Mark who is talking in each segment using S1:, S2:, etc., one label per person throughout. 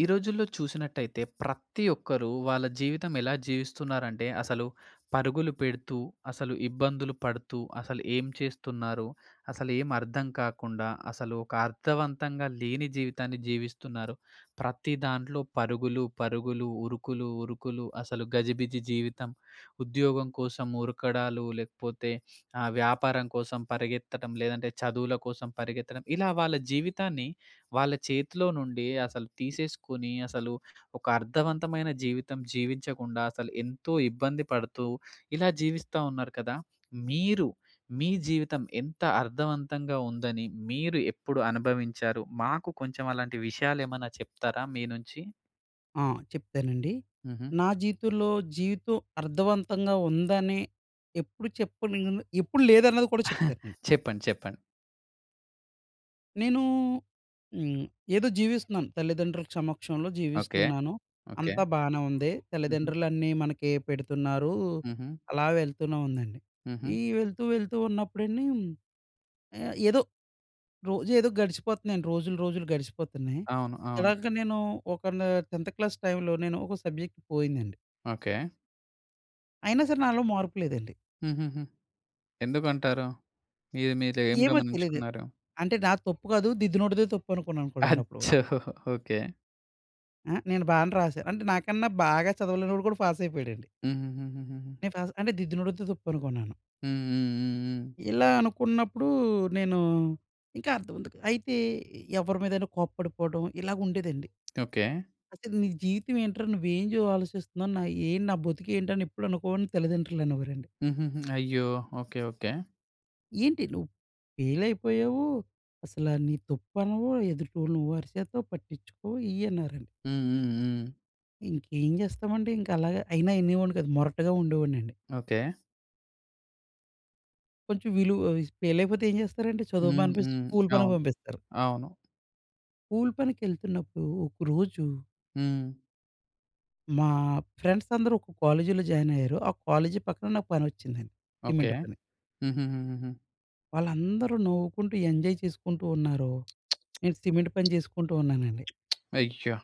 S1: ఈ రోజుల్లో చూసినట్టయితే ప్రతి ఒక్కరు వాళ్ళ జీవితం ఎలా జీవిస్తున్నారంటే అసలు పరుగులు పెడుతూ, అసలు ఇబ్బందులు పడుతూ, అసలు ఏం చేస్తున్నారు? అసలు ఏం అర్థం కాకుండా, అసలు ఒక అర్థవంతంగా లేని జీవితాన్ని జీవిస్తున్నారు. ప్రతి దాంట్లో పరుగులు, పరుగులు, ఉరుకులు, ఉరుకులు అసలు గజిబిజి జీవితం. ఉద్యోగం కోసం ఉరకడాలు, లేకపోతే వ్యాపారం కోసం పరిగెత్తడం, లేదంటే చదువుల కోసం పరిగెత్తడం ఇలా వాళ్ళ జీవితాన్ని వాళ్ళ చేతిలో నుండి అసలు తీసేసుకొని, అసలు ఒక అర్థవంతమైన జీవితం జీవించకుండా, అసలు ఎంతో ఇబ్బంది పడుతూ ఇలా జీవిస్తా ఉన్నారు కదా! మీరు మీ జీవితం ఎంత అర్థవంతంగా ఉందని మీరు ఎప్పుడు అనుభవించారు? మాకు కొంచెం అలాంటి విషయాలేమన్నా చెప్తారా మీ నుంచి?
S2: ఆ! చెప్తానండి.
S1: హుహు.
S2: నా జీవితంలో జీవితం అర్థవంతంగా ఉందని ఎప్పుడు చెప్పను ఎప్పుడు లేదన్నది కూడా చెప్తానండి.
S1: చెప్పండి. చెప్పండి.
S2: నేను హ్మ్. ఏదో జీవిస్తున్నాను. తల్లిదండ్రుల సమక్షంలో
S1: ఓకే.
S2: జీవిస్తున్నాను.
S1: ఓకే.
S2: అంతా బానే ఉంది.
S1: హుహు.
S2: తల్లిదండ్రులన్నీ మనకి పెడుతున్నారు.
S1: హుహు.
S2: అలా వెళ్తూనే ఉందండి.
S1: హుహు.
S2: ఈ వెళ్తూ వెళ్తూ ఉన్నప్పుడండి, ఏదో రోజు ఏదో గడిచిపోతున్నాయండి. రోజులు రోజులు గడిచిపోతున్నాయి.
S1: అవును. అవును.
S2: ఇలాగ నేను ఒక న 10థ్ క్లాస్ టైంలో నేను ఒక సబ్జెక్ట్ పోయిందండి.
S1: ఓకే.
S2: అయినా సరే నాలో మార్పు లేదండి.
S1: హుహుహు. ఎందుకంటారు? ఇది మీరు ఏం
S2: ఏమో తెలీదు.
S1: గమనించుకున్నారు?
S2: అంటే నాది తప్పు కాదు. దిద్దునోడిదే తప్పు అనుకున్నాను కూడండి అప్పుడు.
S1: అచ్చో! ఓకే.
S2: ఆ! నేను బానే రాసాను. అంటే నాకన్నా బాగా చదవలేనోడు కూడా పాస్ అయిపోయాడండి.
S1: హుహుహుహుహుహు.
S2: నేను పాస్ అంటే దిద్దునోడిదే తప్పు అనుకున్నాను.
S1: హ్మ్. హ్మ్. హ్మ్. హ్మ్.
S2: ఇలా అనుకున్నప్పుడు నేను ఇంకా అర్థవంతు అయితే ఎవరి మీదైనా కోప్పడిపోవడం ఇలాగ ఉండేదండి.
S1: ఓకే.
S2: అసలు నీ జీవితం ఏంట్రా? నువ్వేం జో ఆలోచిస్తున్నావు? ఏం నా బతుకేంటని ఎప్పుడు అనుకోని తల్లిదండ్రులు అనేవారండి.
S1: హుహుహు. అయ్యో! ఓకే. ఓకే.
S2: ఏంటి నువ్వు ఫెయిలయిపోయావు. అసలా నీ తప్పనవు. ఎదుటోళ్ళు నువ్వు అరిచేత్తావు, పట్టించుకోవు ఇయన్నారండి.
S1: హ్మ్. హ్మ్. హ్మ్.
S2: ఇంకేం చేస్తామండి? ఇంక అలాగే అయినా ఇనేవాడిని కాదు. మొరటుగా ఉండేవాడినండి.
S1: ఓకే.
S2: కొంచెం విలువ ఫెయిలయిపోతే ఏం చేస్తారండి? చదువు
S1: హ్మ్.
S2: మానిపిసి
S1: హ్మ్.
S2: స్కూల్ పనికి
S1: అవును.
S2: పంపిస్తారు.
S1: అవును.
S2: స్కూల్ పనికెళ్తున్నప్పుడు ఒకరోజు
S1: హ్మ్.
S2: మా ఫ్రెండ్స్ అందరూ ఒక కాలేజీలో జాయిన్ అయ్యారు. ఆ కాలేజీ పక్కన నాకు పనొచ్చిందండి.
S1: ఓకే.
S2: సిమెంట్ పని.
S1: హుహుహుహుహు.
S2: వాళ్ళందరూ నవ్వుకుంటూ ఎంజాయ్ చేసుకుంటూ ఉన్నారు. నేను సిమెంట్ పని చేసుకుంటూ ఉన్నానండి.
S1: అయ్యో!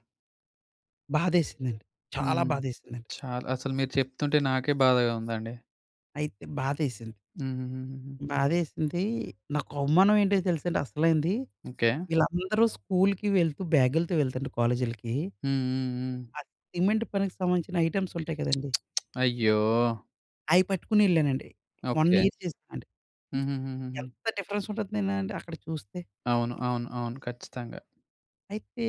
S2: బాధేసిందండి. చాలా
S1: హ్మ్.
S2: బాధేసిందండి.
S1: చాలా అసలు మీరు చెప్తుంటే నాకే బాధగా ఉందండి.
S2: అయితే బాధేసింది.
S1: హుహుహుహుహు.
S2: బాధేసింది. నాకు అవమానం ఏంటో తెలుసండి అసలైంది.
S1: ఓకే.
S2: వీళ్ళందరూ స్కూలుకి వెళ్తూ బ్యాగులతో వెళ్తాండి కాలేజీలకి.
S1: హ్మ్. హ్మ్. హ్మ్.
S2: ఆ సిమెంట్ పనికి సంబంధించిన ఐటెమ్స్ ఉంటాయి కదండీ!
S1: అయ్యో!
S2: అయి పట్టుకొని ఎళ్ళానండి. 1
S1: ఓకే.
S2: ఇయర్ చేశానండి.
S1: హుహుహుహుహు.
S2: ఎంత డిఫరెన్స్ ఉంటందేనా అండి అక్కడ చూస్తే.
S1: అవును. అవును. అవును. ఖచ్చితంగా.
S2: అయితే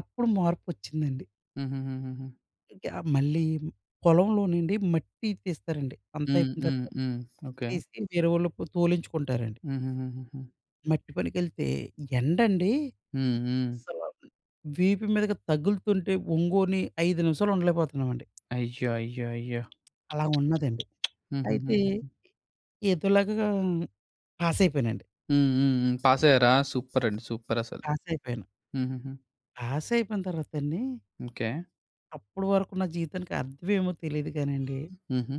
S2: అప్పుడు మార్పొచ్చిందండి.
S1: హుహుహుహుహు.
S2: ఇంక మళ్ళీ పొలంలోనండి మట్టి తీస్తారండి. అంతా
S1: హ్మ్.
S2: అయిపోయిన
S1: హ్మ్.
S2: తర్వాత
S1: హ్మ్. ఓకే.
S2: తీసి వేరే వాళ్ళు తోలించుకుంటారండి.
S1: హుహుహుహుహు.
S2: మట్టి పనికెళ్తే ఎండండి
S1: హ్మ్. హ్మ్.
S2: అసల వీపు మీదకి తగులుతుంటే ఒంగోని 5 నిమిషాలు ఉండలేకపోతున్నామండి.
S1: అయ్యో! అయ్యో! అయ్యో!
S2: అలా ఉన్నదండి. అయితే
S1: హుహుహు.
S2: ఏదోలాగా పాస్ అయిపోయానండి.
S1: హ్మ్. హ్మ్. హ్మ్. పాసయ్యారా? సూపరండి. సూపరసలు.
S2: పాస్ అయిపోయాను.
S1: హుహుహు.
S2: పాస్ అయిపోయిన తర్వాతండి
S1: ఓకే.
S2: అప్పటి వరకు నా జీవితానికి అర్థమేమో తెలీదు కానండి.
S1: హుహు.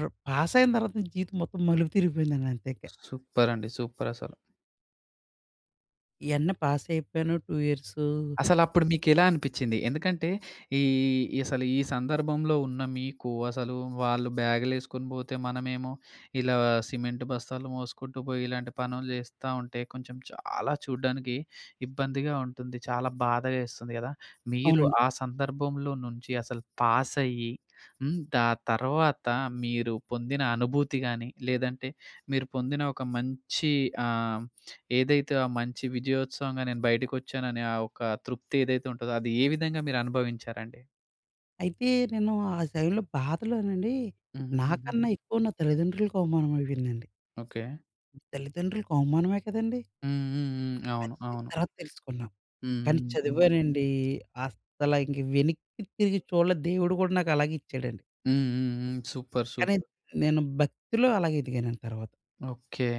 S2: పాస్ అయిన తర్వాత నా జీవితం మొత్తం మలుపు తిరిగిపోయిందండి అంతే ఇక.
S1: సూపరండి. సూపరసలు.
S2: ఎమ్మటే పాస్ అయిపోయాను 2 ఇయర్స్
S1: అసలప్పుడు మీకెలా అనిపిచ్చింది? ఎందుకంటే ఈ ఈ అసలు ఈ సందర్భంలో ఉన్న మీకు అసలు వాళ్ళు బ్యాగులేసుకొని పోతే మనమేమో ఇలా సిమెంట్ బస్తాలు మోసుకుంటూ పోయి ఇలాంటి పనులు చేస్తా ఉంటే కొంచెం చాలా చూడ్డానికి ఇబ్బందిగా ఉంటుంది. చాలా బాధగా ఏస్తుంది గదా! మీరు
S2: అవునండి.
S1: ఆ సందర్భంలో నుంచి అసలు పాస్ అయ్యి హ్మ్. తర్వాత మీరు పొందిన అనుభూతి గాని, లేదంటే మీరు పొందిన ఒక మంచి ఆహ్, ఏదైతే ఆ మంచి విజయోత్సవంగా నేను బయటికొచ్చాననే ఆ ఒక తృప్తి ఏదైతే ఉంటదో, అది ఏ విధంగా మీరనుభవించారండి?
S2: అయితే నేను ఆ టైంలో బాధలోనండి
S1: హుహుహుహుహు.
S2: నాకన్నా ఎక్కువ నా తల్లిదండ్రులకు అవమానం అయిపోయిందండి.
S1: ఓకే.
S2: తల్లిదండ్రులకు అవమానమే కదండీ!
S1: హ్మ్. హ్మ్. హ్మ్. అవును.
S2: అది
S1: అవును.
S2: తర్వాత తెలుసుకున్నాం.
S1: హ్మ్.
S2: కానీ
S1: హ్మ్. హ్మ్.
S2: చదివానండి. అస్సల ఇంక వెనక్కి తిరిగి చూడలే. దేవుడు కూడా నాకు అలాగే ఇచ్చాడండి.
S1: హ్మ్. హ్మ్. హ్మ్. సూపర్.
S2: కానీ
S1: సూపర్.
S2: నేను భక్తిలో అలాగే ఎదిగానండి తర్వాత.
S1: ఓకే.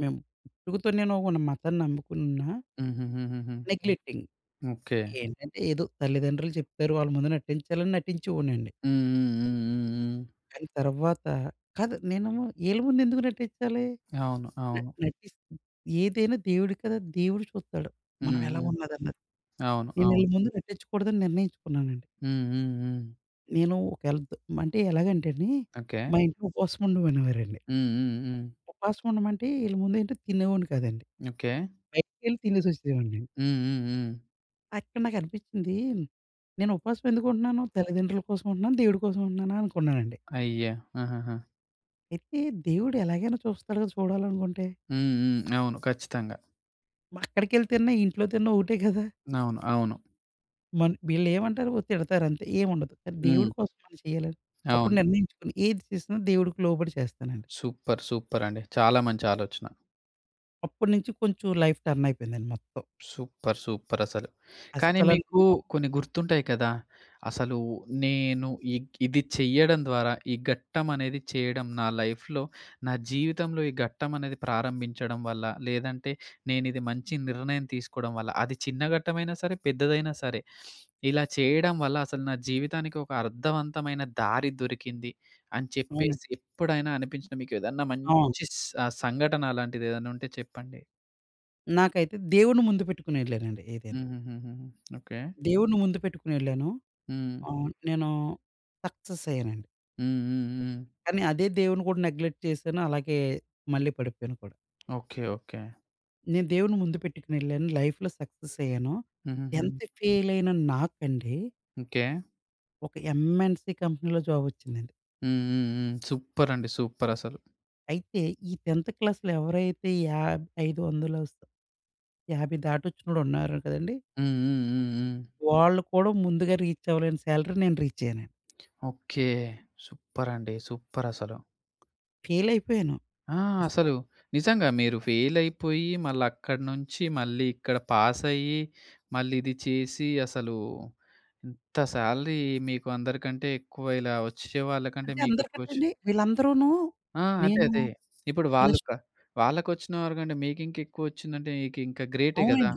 S2: మేము పుట్టుకతో నేను ఒక మతాన్ని నమ్ముకున్నా
S1: హుహుహుహుహు.
S2: నెగ్లెక్టింగ్.
S1: ఓకే.
S2: ఏంటంటే ఏదో తల్లిదండ్రులు చెప్తారు వాళ్ళ ముందు నటించాలని నటించేవాడినండి.
S1: హ్మ్. హ్మ్. హ్మ్. హ్మ్. హ్మ్.
S2: కానీ తర్వాత కాదు నేనేమో ఈళ్ళ ముందు ఎందుకు నటించాలి?
S1: అవును.
S2: న
S1: అవును.
S2: నటిస్ ఏదైనా దేవుడు కదా! దేవుడు చూస్తాడు.
S1: హ్మ్.
S2: మనం ఎలా
S1: హ్మ్.
S2: ఉన్నదన్నది.
S1: అవును.
S2: నేను ఈళ్ళ
S1: అవును.
S2: ముందు నటించకూడదని నిర్ణయించుకున్నానండి.
S1: హ్మ్. హ్మ్. హ్మ్.
S2: నేను ఒకేళ ద అంటే ఎలాగంటే అండి,
S1: ఓకే.
S2: మా ఇంట్లో ఉపవాసం ఉండమనేవారండి.
S1: హ్మ్. హ్మ్. హ్మ్.
S2: ఉపవాసం ఉండమంటే ఈళ్ళ ముందేంటి తినేవాడిని కాదండి.
S1: ఓకే.
S2: బయటికెళ్ళి తినేసి వచ్చేవాడిని.
S1: హ్మ్. హ్మ్. హ్మ్.
S2: అక్కడ నాకు అనిపించింది, నేను ఉపవాసం ఎందుకు ఉంటున్నాను? తల్లిదండ్రుల కోసం ఉంటున్నాను, దేవుడి కోసం ఉంటున్నానా అనుకున్నానండి.
S1: అయ్యా! ఆహాహా!
S2: అయితే దేవుడు ఎలాగైనా చూస్తాడు కదా! చూడాలనుకుంటే.
S1: హ్మ్. హ్మ్. అవును. ఖచ్చితంగా.
S2: అక్కడికెళ్ళి తిన్నా, ఇంట్లో తిన్నా ఒకటే కదా!
S1: అవును. అవును.
S2: మన వీళ్ళేమంటారు తిడతారు అంతే. ఏముండదు. కానీ
S1: హ్మ్.
S2: దేవుడి కోసం మనం చేయాలని అప్పుడు
S1: అవును.
S2: నిర్ణయించుకుని ఏది చేసినా దేవుడికి లోబడి చేస్తానండి.
S1: సూపర్. సూపర్ అండి. చాలా మంచి ఆలోచన.
S2: అప్పటి నుంచి కొంచెం లైఫ్ టర్న్ అయిపోయిందండి మొత్తం.
S1: సూపర్. సూపరసలు. కానీ
S2: అస్సల
S1: మీకు కొన్ని గుర్తుంటాయి కదా! అసలు నేను ఇ ఇది చెయ్యడం ద్వారా ఈ ఘట్టం అనేది చేయడం నా లైఫ్‌లో నా జీవితంలో ఈ ఘట్టం అనేది ప్రారంభించడం వల్ల, లేదంటే నేనిది మంచి నిర్ణయం తీసుకోవడం వల్ల, అది చిన్న ఘట్టమైనా సరే, పెద్దదైనా సరే, ఇలా చేయడం వల్ల అసలు నా జీవితానికి ఒక అర్థవంతమైన దారి దొరికింది అని
S2: అవును.
S1: చెప్పేసి ఎప్పుడైనా అనిపించిన మీకేదన్నా
S2: అవును.
S1: మంచి సంఘటన అలాంటిదేదన్నుంటే చెప్పండి?
S2: నాకైతే దేవుడిని ముందు పెట్టుకొని ఎళ్ళానండి ఏదైనా.
S1: హుహుహుహుహు. ఓకే.
S2: దేవుడిని ముందు పెట్టుకొని ఎళ్ళాను.
S1: హ్మ్.
S2: అవును. నేను సక్సెస్ అయ్యానండి.
S1: హ్మ్. హ్మ్. హ్మ్.
S2: కానీ అదే దేవుడిని కూడా నెగ్లెక్ట్ చేశాను. అలాగే మళ్ళీ పడిపోయాను కూడా.
S1: ఓకే. ఓకే.
S2: నేను దేవుడిని ముందు పెట్టుకొని ఎళ్ళాను. లైఫ్‌లో సక్సెస్ అయ్యాను.
S1: హుహుహు.
S2: 10థ్ ఫెయిల్ అయిన నాకండి
S1: ఓకే.
S2: ఒక ఎంఎన్‌సి కంపెనీలో జాబ్ వచ్చిందండి.
S1: హ్మ్. హ్మ్. హ్మ్. సూపరండి. సూపరసలు.
S2: అయితే ఈ 10థ్ క్లాస్‌లో ఎవరైతే యాబ్ 500 స్ 50 దాటొచ్చినోళ్ళు ఉన్నారు కదండీ!
S1: హ్మ్. హ్మ్. హ్మ్. హ్మ్.
S2: వాళ్ళు కూడా ముందుగా రీచ్ అవ్వలేని సాలరీ నేను రీచ్ అయ్యానండి.
S1: ఓకే. సూపరండి. సూపరసలు.
S2: ఫెయిల్ అయిపోయాను.
S1: ఆ!
S2: అసల
S1: అసలు నిజంగా మీరు ఫెయిలయిపోయి మళ్ళక్కడి నుంచి మళ్ళీ ఇక్కడ పాసయ్యి, మళ్ళీ ఇది చేసి అసలు ఇంత శాలరీ మీకు అందరికంటే ఎక్కువ ఇలా వచ్చే వాళ్ళకంటే
S2: అంటే
S1: మీకెక్కువొచ్చు
S2: అందరికంటండి వీళ్ళందరూను
S1: ఆ! అదే.
S2: నేను
S1: అదే. ఇప్పుడు వాళ్ళు
S2: ప్లస్
S1: క వాళ్ళకొచ్చిన వారికంటే మీకింకెక్కువొచ్చిందంటే మీకింకా గ్రేటే గదా!
S2: అవునండి.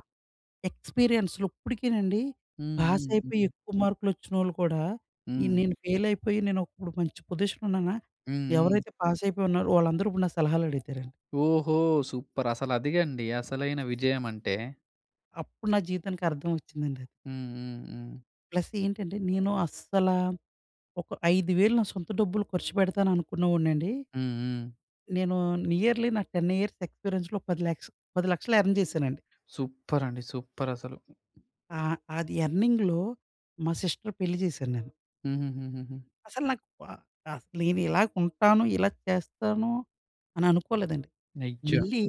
S2: ఎక్స్‌పీరియన్స్‌లు ఇప్పటికేనండి
S1: హ్మ్.
S2: పాస్
S1: హ్మ్.
S2: అయిపోయి
S1: హ్మ్.
S2: ఎక్కువ మార్కులొచ్చినోళ్ళు కూడా, ఈ
S1: హ్మ్.
S2: నేను ఫెయిల్ అయిపోయి నేను ఇప్పుడు మంచి పొజిషన్‌లో ఉన్నానా,
S1: హ్మ్. హ్మ్.
S2: ఎవరైతే పాస్ అయిపోయి ఉన్నారో వాళ్ళందరూ ఇప్పుడు నా సలహాలు అడుగుతారండి.
S1: ఓహో! సూపర్. అసలదిగండి అసలైన విజయమంటే.
S2: అప్పుడు నా జీవితానికి అర్థం వచ్చిందండి అది.
S1: హ్మ్. హ్మ్. హ్మ్.
S2: ప్లస్ ఏంటంటే నేను ఒక 5,000 నా సొంత డబ్బులు ఖర్చు పెడతాననుకున్నవోడినండి.
S1: హ్మ్. హ్మ్.
S2: నేను నియర్లీ నా 10 ఇయర్స్ ఎక్స్‌పీరియన్స్‌లో 10,00,000 ఎర్న్ చేశానండి.
S1: సూపరండి. సూపరసలు.
S2: ఆ! అది ఎర్నింగ్‌లో మా సిస్టర్ పెళ్లి చేశాను నేను.
S1: హుహుహుహుహు.
S2: అసలు నాకు ఆ! అసలు నేను ఇలా ఉంటాను, ఇలా చేస్తాను అని అనుకోలేదండి.
S1: అయ్యో!
S2: మళ్ళీ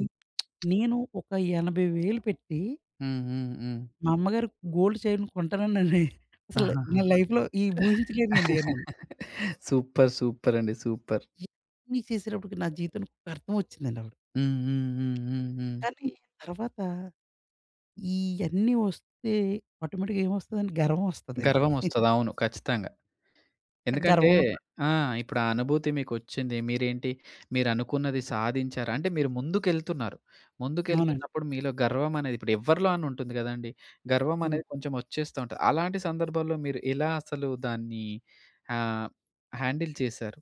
S2: నేను ఒక 80,000 పెట్టి
S1: హ్మ్. హ్మ్. హ్మ్.
S2: మా అమ్మగారికి గోల్డ్ చైన్ కొంటానని నేను అసలు
S1: ఆహాహా!
S2: నా లైఫ్‌లో ఈ ఊహించలేనండి నేను.
S1: సూపర్. సూపరండి. సూపర్.
S2: ఇవన్నీ చేసేటప్పటికి నా జీవితానికి ఒక అర్థం వచ్చిందండి అప్పుడు.
S1: హ్మ్. హ్మ్. హ్మ్. హ్మ్. హ్మ్.
S2: కానీ తర్వాత ఇయన్నీ వస్తే ఆటోమేటిక్‌గా ఏమొస్తదండి గర్వం వస్తదండి.
S1: గర్వమొస్తది. అవును. ఖచ్చితంగా.
S2: ఆ
S1: ఎందుకంటే
S2: గర్వంలో పడి
S1: ఆ! ఇప్పుడు ఆ అనుభూతి మీకొచ్చింది. మీరేంటి మీరనుకున్నది సాధించారు. అంటే మీరు ముందుకెళ్తున్నారు.
S2: అవునండి.
S1: ముందుకెళ్తున్నప్పుడు మీలో గర్వం అనేది ఇప్పుడు ఎవ్వరిలో అని ఉంటుంది గదండీ! గర్వం
S2: హ్మ్.
S1: అనేది కొంచెం వచ్చేస్తా ఉంటది. అలాంటి సందర్భాల్లో మీరు ఎలా అసలు దాన్ని ఆహ్, హ్యాండిల్ చేశారు?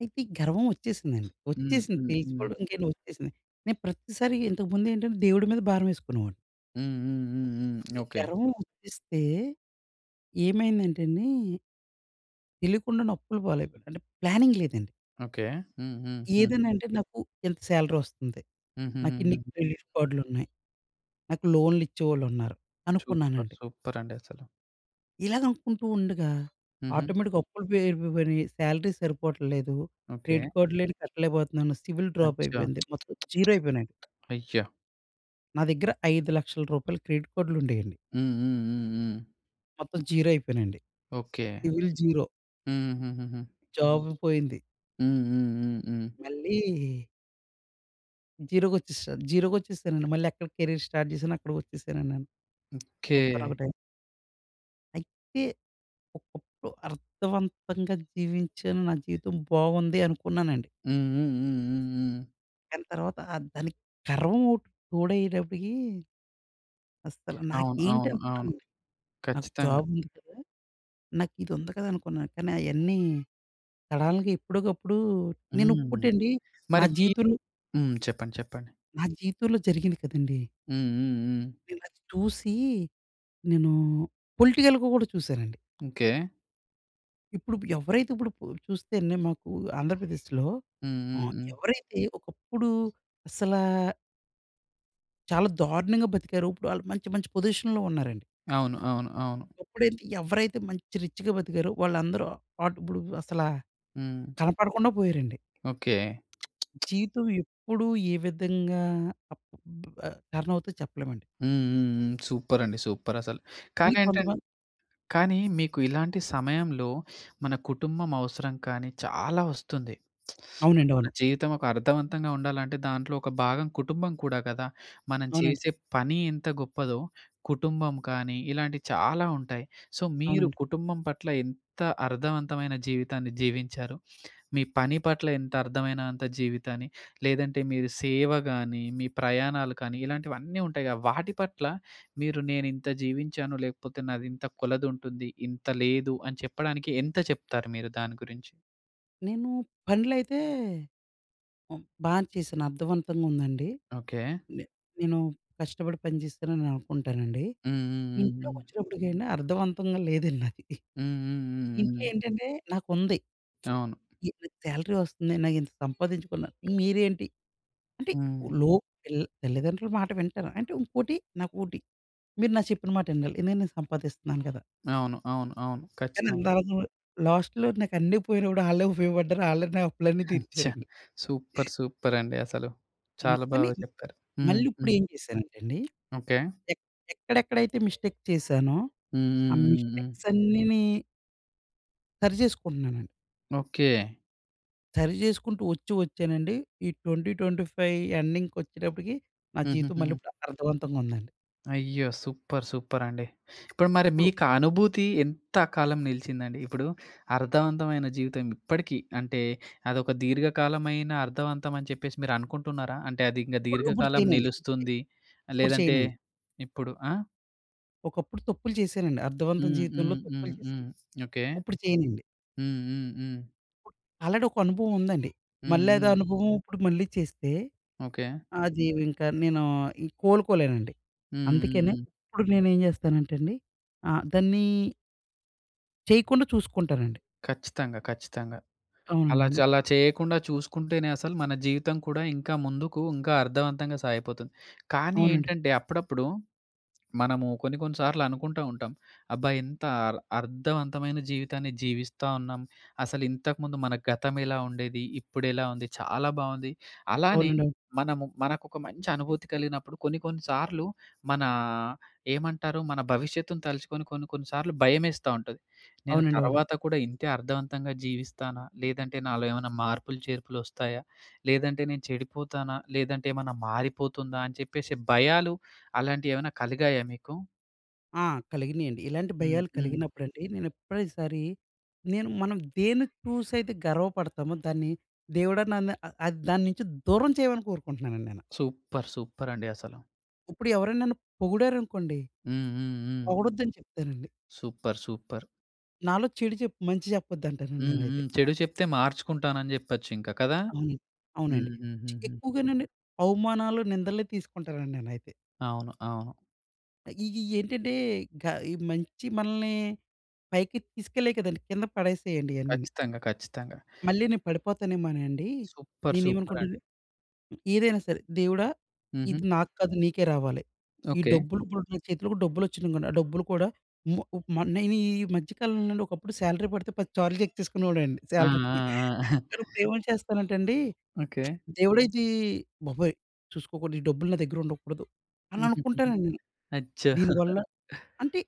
S2: అయితే ఈ గర్వం వచ్చేసిందండి.
S1: హ్మ్.
S2: వచ్చేసింది.
S1: హ్మ్. హ్మ్.
S2: తెలుసుకోవడం గాని వచ్చేసింది. నేను ప్రతిసారి ఇంతకుముందు ఏంటంటే దేవుడి మీద భారమేసుకునేవాడిని.
S1: హ్మ్. హ్మ్. హ్మ్. హ్మ్.
S2: ఈ
S1: ఓకే.
S2: గర్వం వచ్చేస్తే ఏమైందంటే అండి, తెలియకుండానే అప్పుల పాలైపోయాను. అంటే ప్లానింగ్ లేదండి.
S1: ఓకే. హ్మ్. హ్మ్. హ్మ్.
S2: ఏదైనా అంటే నాకు ఇంత సాలరీ వస్తుంది. నాకిన్ని
S1: హుహుహుహు.
S2: క్రెడిట్ కార్డ్‌లున్నాయి. నాకు లోన్‌లు ఇచ్చేవాళ్ళున్నారు
S1: సూపర్.
S2: అనుకున్నానండి.
S1: సూపర్ అండి అసలు.
S2: ఇలాగ అనుకుంటూ ఉండగా
S1: హుహు.
S2: ఆటోమేటిక్‌గా అప్పులు పెరిగిపోయినాయి. సాలరీ సరిపోవట్లేదు.
S1: ఓకే.
S2: క్రెడిట్ కార్డ్‌లేని కట్టలేకపోతున్నాను. సిబిల్ డ్రాప్
S1: అచ్చా!
S2: అయిపోయింది. మొత్తం జీరో అయిపోయానండి.
S1: అయ్యా!
S2: నా దగ్గర రూ. 5,00,000 క్రెడిట్ కార్డులుండేయండి.
S1: హ్మ్. హ్మ్. హ్మ్. హ్మ్.
S2: మొత్తం జీరో అయిపోయానండి.
S1: ఓకే.
S2: సివిల్ జీరో,
S1: హుహుహుహుహు.
S2: జాబ్ పోయింది.
S1: హ్మ్. హ్మ్. హ్మ్. హ్మ్.
S2: మళ్ళీ జీరోకొచ్చేసానండి. మళ్ళీ ఎక్కడ కెరీర్ స్టార్ట్ చేశానో అక్కడికొచ్చేసానండి నేను.
S1: ఓకే.
S2: ఒకానొక టైం. అయితే ఒకప్పుడు అర్థవంతంగా జీవించాను. నా జీవితం బాగుంది అనుకున్నానండి.
S1: హ్మ్. హ్మ్. హ్మ్. హ్మ్. హ్మ్.
S2: కానీ తర్వాత ఆ దానికి గర్వం ఒకటి తోడయ్యేటప్పటికి అస్సలు
S1: అవును.
S2: నాకేంటి
S1: అవును. అవును.
S2: అనుకున్నానండి. నాకు
S1: ఖచ్చితంగా.
S2: జాబ్ ఉంది కదా! నాకు ఇది ఉంది కదా! అనుకున్నాను. కానీ అయన్నీ సడన్‌గా ఎప్పటికప్పుడు నేను
S1: హ్మ్.
S2: ఇంకోటండి నా
S1: మరి మీ
S2: జీవితంలో
S1: హ్మ్. చెప్పండి. చెప్పండి.
S2: నా జీవితంలో జరిగింది కదండీ!
S1: హ్మ్. హ్మ్. హ్మ్.
S2: నేను అది చూసి నేను పొలిటికల్‌గా కూడా చూసానండి.
S1: ఓకే.
S2: ఇప్పుడు ఎవరైతే ఇప్పుడు చూస్తేనే మాకు ఆంధ్రప్రదేశ్‌లో
S1: హ్మ్. హ్మ్. హ్మ్.
S2: ఎవరైతే ఒకప్పుడు అసలా చాలా దారుణంగా బతికారో ఇప్పుడు ఆళ్ళు మంచి మంచి పొజిషన్‌లో ఉన్నారండి.
S1: అవును. అవును. అవును.
S2: ఒకప్పుడైతే ఎవరైతే మంచి రిచ్‌గా బతికారో వాళ్ళందరూ ఇప్పుడు అసలా
S1: హ్మ్.
S2: కనపడకుండా పోయారండి.
S1: ఓకే.
S2: జీవితం ఎప్పుడు ఏ విధంగా అప్ బ్ టర్న్ అవుద్దో చెప్పలేమండి.
S1: హ్మ్. హ్మ్. హ్మ్. సూపరండి. సూపరసలు. హ్మ్.
S2: కొన్ని
S1: కానేంటంటే
S2: కొంతమంది
S1: కానీ మీకు ఇలాంటి సమయంలో మన కుటుంబం అవసరం కానీ చాలా వస్తుంది.
S2: అవునండి.
S1: మన
S2: అవును.
S1: జీవితం ఒక అర్థవంతంగా ఉండాలంటే దాంట్లో ఒక భాగం కుటుంబం కూడా కదా! మనం
S2: అవునండి.
S1: చేసే పని ఎంత గొప్పదో కుటుంబం కానీ ఇలాంటివి చాలా ఉంటాయి. సో, మీరు
S2: అవునండి.
S1: కుటుంబం పట్ల ఎంత అర్థవంతమైన జీవితాన్ని జీవించారు? మీ పని పట్ల ఎంత అర్థమైనంత జీవితాన్ని, లేదంటే మీరు సేవ గాని, మీ ప్రయాణాలు కానీ ఇలాంటివన్నీ ఉంటాయి కదా! వాటి పట్ల మీరు నేనింత జీవించాను, లేకపోతే నాదింత కొలదుంటుంది, ఇంత లేదు అని చెప్పడానికి ఎంత చెప్తారు మీరు దాని గురించి?
S2: నేను పనులైతే బానే చేశాను. అర్థవంతంగా ఉందండి.
S1: ఓకే.
S2: నే నేను కష్టపడి పని చేశానని అనుకుంటానండి.
S1: హ్మ్. హ్మ్.
S2: ఇంట్లోకొచ్చినప్పటికండి అర్థవంతంగా లేదండి నాది.
S1: హ్మ్. హ్మ్. హ్మ్. హ్మ్. హ్మ్.
S2: ఇంట్లో
S1: హ్మ్.
S2: ఏంటంటే నాకుంది.
S1: అవును.
S2: ఈ నాకు సాలరీ వస్తుంది. నాకింత సంపాదించుకున్నాను. మీరేంటి? అంటే
S1: హ్మ్.
S2: లో పిల్ తల్లిదండ్రుల మాట వింటాను. అంటే ఇంకోటి నాకోటి మీరు నా చెప్పిన మాట వినాలి. ఎందుకంటే నేను సంపాదిస్తున్నాను కదా!
S1: అవును. అవును. అవును.
S2: కానీ
S1: ఖచ్చితంగా.
S2: అందరము లాస్ట్‌లో నాకన్నీ పోయినా కూడా ఆళ్ళే ఉపయోగపడ్డారు. ఆళ్ళే నా అప్పులన్నీ
S1: అచ్చా!
S2: తీర్చారండి.
S1: సూపర్. సూపర్ అండి అసలు.
S2: ఆ!
S1: చాలా
S2: కానీ
S1: బాగా చెప్పారు. హ్మ్.
S2: మళ్ళీ ఇప్పుడు
S1: హ్మ్.
S2: ఏం చేశానంటే అండి,
S1: ఓకే.
S2: ఎక్ ఎక్కడెక్కడైతే మిస్టేక్ చేశానో,
S1: హ్మ్.
S2: ఆ
S1: హ్మ్. హ్మ్. హ్మ్.
S2: మిస్టేక్స్ అన్నీని సరి చేసుకుంటున్నానండి.
S1: ఓకే.
S2: సరి చేసుకుంటూ వచ్చానండి. ఈ 2025 ఎండింగ్‌కొచ్చేటప్పటికి నా జీవితం
S1: హుహుహు.
S2: మళ్ళీ ఇప్పుడు అర్థవంతంగా ఉందండి.
S1: అయ్యో! సూపర్. సూపరండి. ఇప్పుడు మరి
S2: ఇప్పుడు
S1: మీకా అనుభూతి ఎంత కాలం నిలిచిందండి? ఇప్పుడు అర్థవంతమైన జీవితం ఇప్పటికి అంటే అదొక దీర్ఘకాలమైన అర్థవంతం అని చెప్పేసి మీరనుకుంటున్నారా? అంటే అది ఇంక
S2: ఇప్పుడు ఇప్పుడు
S1: దీర్ఘకాలం
S2: చేయనండి.
S1: నిలుస్తుంది.
S2: ఇప్పుడు
S1: లేదంటే
S2: చేయనండి.
S1: ఇప్పుడు ఆ?
S2: ఒకప్పుడు తప్పులు చేశానండి. అర్థవంతం
S1: హ్మ్.
S2: జీవితంలో
S1: హ్మ్. హ్మ్.
S2: తప్పులు
S1: హ్మ్.
S2: చేశాను.
S1: ఓకే.
S2: ఇప్పుడు చేయనండి.
S1: హ్మ్. హ్మ్. హ్మ్.
S2: అలాంటి ఒక అనుభవం ఉందండి.
S1: హ్మ్.
S2: మళ్ళీ అదే
S1: హ్మ్.
S2: అనుభవం ఇప్పుడు మళ్ళీ చేస్తే,
S1: ఓకే.
S2: అది ఇంకా నేను ఈ కోలుకోలేనండి.
S1: హ్మ్. హ్మ్.
S2: అందుకనే
S1: హ్మ్.
S2: ఇప్పుడు నేనేం చేస్తానంటే అండి, దాన్ని చేయకుండా చూసుకుంటానండి.
S1: ఖచ్చితంగా. ఖచ్చితంగా.
S2: అవునండి.
S1: అలా చ
S2: అవును.
S1: అలా చేయకుండా చూసుకుంటేనే అసలు మన జీవితం కూడా ఇంకా ముందుకు ఇంకా అర్థవంతంగా సాగిపోతుంది. కానీ
S2: అవునండి.
S1: ఏంటంటే అప్పుడప్పుడు మనము కొన్ని కొన్ని సార్లు అనుకుంటా ఉంటాం. అబ్బా! ఎంత అర్థవంతమైన జీవితాన్ని జీవిస్తా ఉన్నాం. అసలు ఇంతకుముందు మన గతం ఎలా ఉండేది? ఇప్పుడెలా ఉంది? చాలా బావుంది. అలానే
S2: అవునండి. అవును.
S1: మనము మనకొక మంచి అనుభూతి కలిగినప్పుడు కొన్ని కొన్ని సార్లు మన ఏమంటారు? మన భవిష్యత్తును తలుచుకొని కొన్ని కొన్ని సార్లు భయమేస్తా ఉంటది. నేను
S2: అవునండి. అవును.
S1: తర్వాత కూడా ఇంతే అర్థవంతంగా జీవిస్తానా? లేదంటే నాలో ఏమైనా మార్పులు, చేర్పులు వస్తాయా? లేదంటే నేను చెడిపోతానా? లేదంటే ఏమన్నా మారిపోతుందా? అని చెప్పేసి భయాలు అలాంటియేమైనా కలిగాయా మీకు?
S2: ఆ! కలిగినియండి. ఇలాంటి
S1: హ్మ్.
S2: భయాలు
S1: హ్మ్.
S2: కలిగినప్పుడండి, నేను ఎప్పటిసారి నేను మనం దేన్ని చూసైతే గర్వపడతామో దాన్ని దేవుడా నన్ను అది దాని నుంచి దూరం చేయమని కోరుకుంటున్నానండి నేను.
S1: సూపర్. సూపరండి అసలు.
S2: ఇప్పుడు ఎవరైనా నన్ను పొగిడారనుకోండి,
S1: హ్మ్. హ్మ్. హ్మ్.
S2: పొగడొద్దని చెప్తానండి.
S1: సూపర్. సూపర్.
S2: నాలో చెడు చెప్పు మంచి చెప్పొద్దంటానండి
S1: హ్మ్.
S2: నేనైతే.
S1: హ్మ్. చెడు చెప్తే మార్చుకుంటానని జెప్పొచ్చింక కదా!
S2: అవును. అవునండి.
S1: హ్మ్. హ్మ్. హ్మ్. హ్మ్.
S2: ఎక్కువగానండి అవమానాలు, నిందలే తీసుకుంటానండి నేనైతే.
S1: అవును. అవును.
S2: ఇయి ఏంటంటే గ ఈ మంచి మనల్ని పైకి తీసుకెళ్ళేయి కదండీ. కింద పడేసేయండి ఇయన్నీని.
S1: ఖచ్చితంగా. ఖచ్చితంగా.
S2: మళ్ళీ నేను పడిపోతానేమోనండి.
S1: సూపర్.
S2: నేనేమనుకుంటాను
S1: సూపరండి.
S2: ఏదైనా సరే దేవుడా!
S1: హుహు.
S2: ఇది నాకు కాదు నీకే రావాలి. ఈ
S1: ఓకే.
S2: డబ్బులు ఇప్పుడు నా చేతిలో కూడా డబ్బులొచ్చినాయనుకోండి. ఆ డబ్బులు కూడా ము మ నేను ఈ మధ్య కాలంలో నుండి ఒకప్పుడు సాలరీ పడితే 10 సార్లు చెక్ చేసుకునేవాడండి
S1: ఆ!
S2: సాలరీ.
S1: ఆ! ఆ!
S2: కానీ ఇప్పుడేమని చేస్తానంటే అండి,
S1: ఓకే.
S2: దేవుడైతే బాబోయ్! చూసుకోకూడదు. ఈ డబ్బులు నా దగ్గర ఉండకూడదు అని
S1: హుహుహుహు.
S2: అనుకుంటానండి నేను.
S1: అచ్చో!
S2: దీనివల్ల అంటే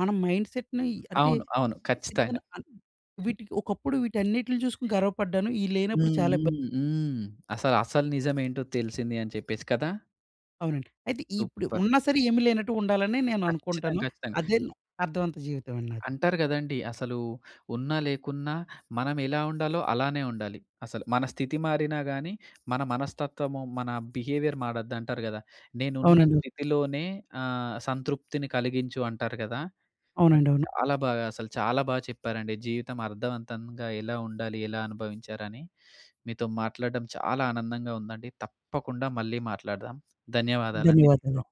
S2: మన మైండ్ సెట్‌ని అంటే
S1: అవును. అవును. ఖచ్చితంగా.
S2: నిజంగానే వీటికి ఒకప్పుడు వీటన్నిటిని చూసుకొని గర్వపడ్డాను. ఇయి లేనప్పుడు
S1: హ్మ్.
S2: చాలా ఇబ్బంది
S1: హ్మ్. హ్మ్. అసలు అసలు నిజమేంటో తెలిసింది అని చెప్పేసి కదా!
S2: అవునండి. అయితే ఇప్పుడు
S1: సూపర్.
S2: ఉన్నా సరే ఏమీ లేనట్టు ఉండాలని నేను అనుకుంటాను.
S1: ఖచ్చితంగా. ఖచ్చితంగా.
S2: అదే అర్థవంత జీవితం అండి నాది.
S1: అంటారు గదండీ! అసలు ఉన్నా, లేకున్నా మనం ఎలా ఉండాలో అలానే ఉండాలి. అసలు మన స్థితి మారినా గానీ, మన మనస్తత్వము, మన బిహేవియర్ మారొద్దంటారు గదా! నేనున్న
S2: అవునండి.
S1: స్థితిలోనే సంతృప్తిని కలిగించు అంటారు గదా! అది
S2: అవునండి. అవును.
S1: చాలా బాగా చెప్పారండి. జీవితం అర్థవంతంగా ఎలా ఉండాలి, ఎలా అనుభవించారని. మీతో మాట్లాడడం చాలా ఆనందంగా ఉందండి. తప్పకుండా మళ్ళీ మాట్లాడదాం. ధన్యవాదాలండి
S2: ధన్యవాదాలు.
S1: మీకు.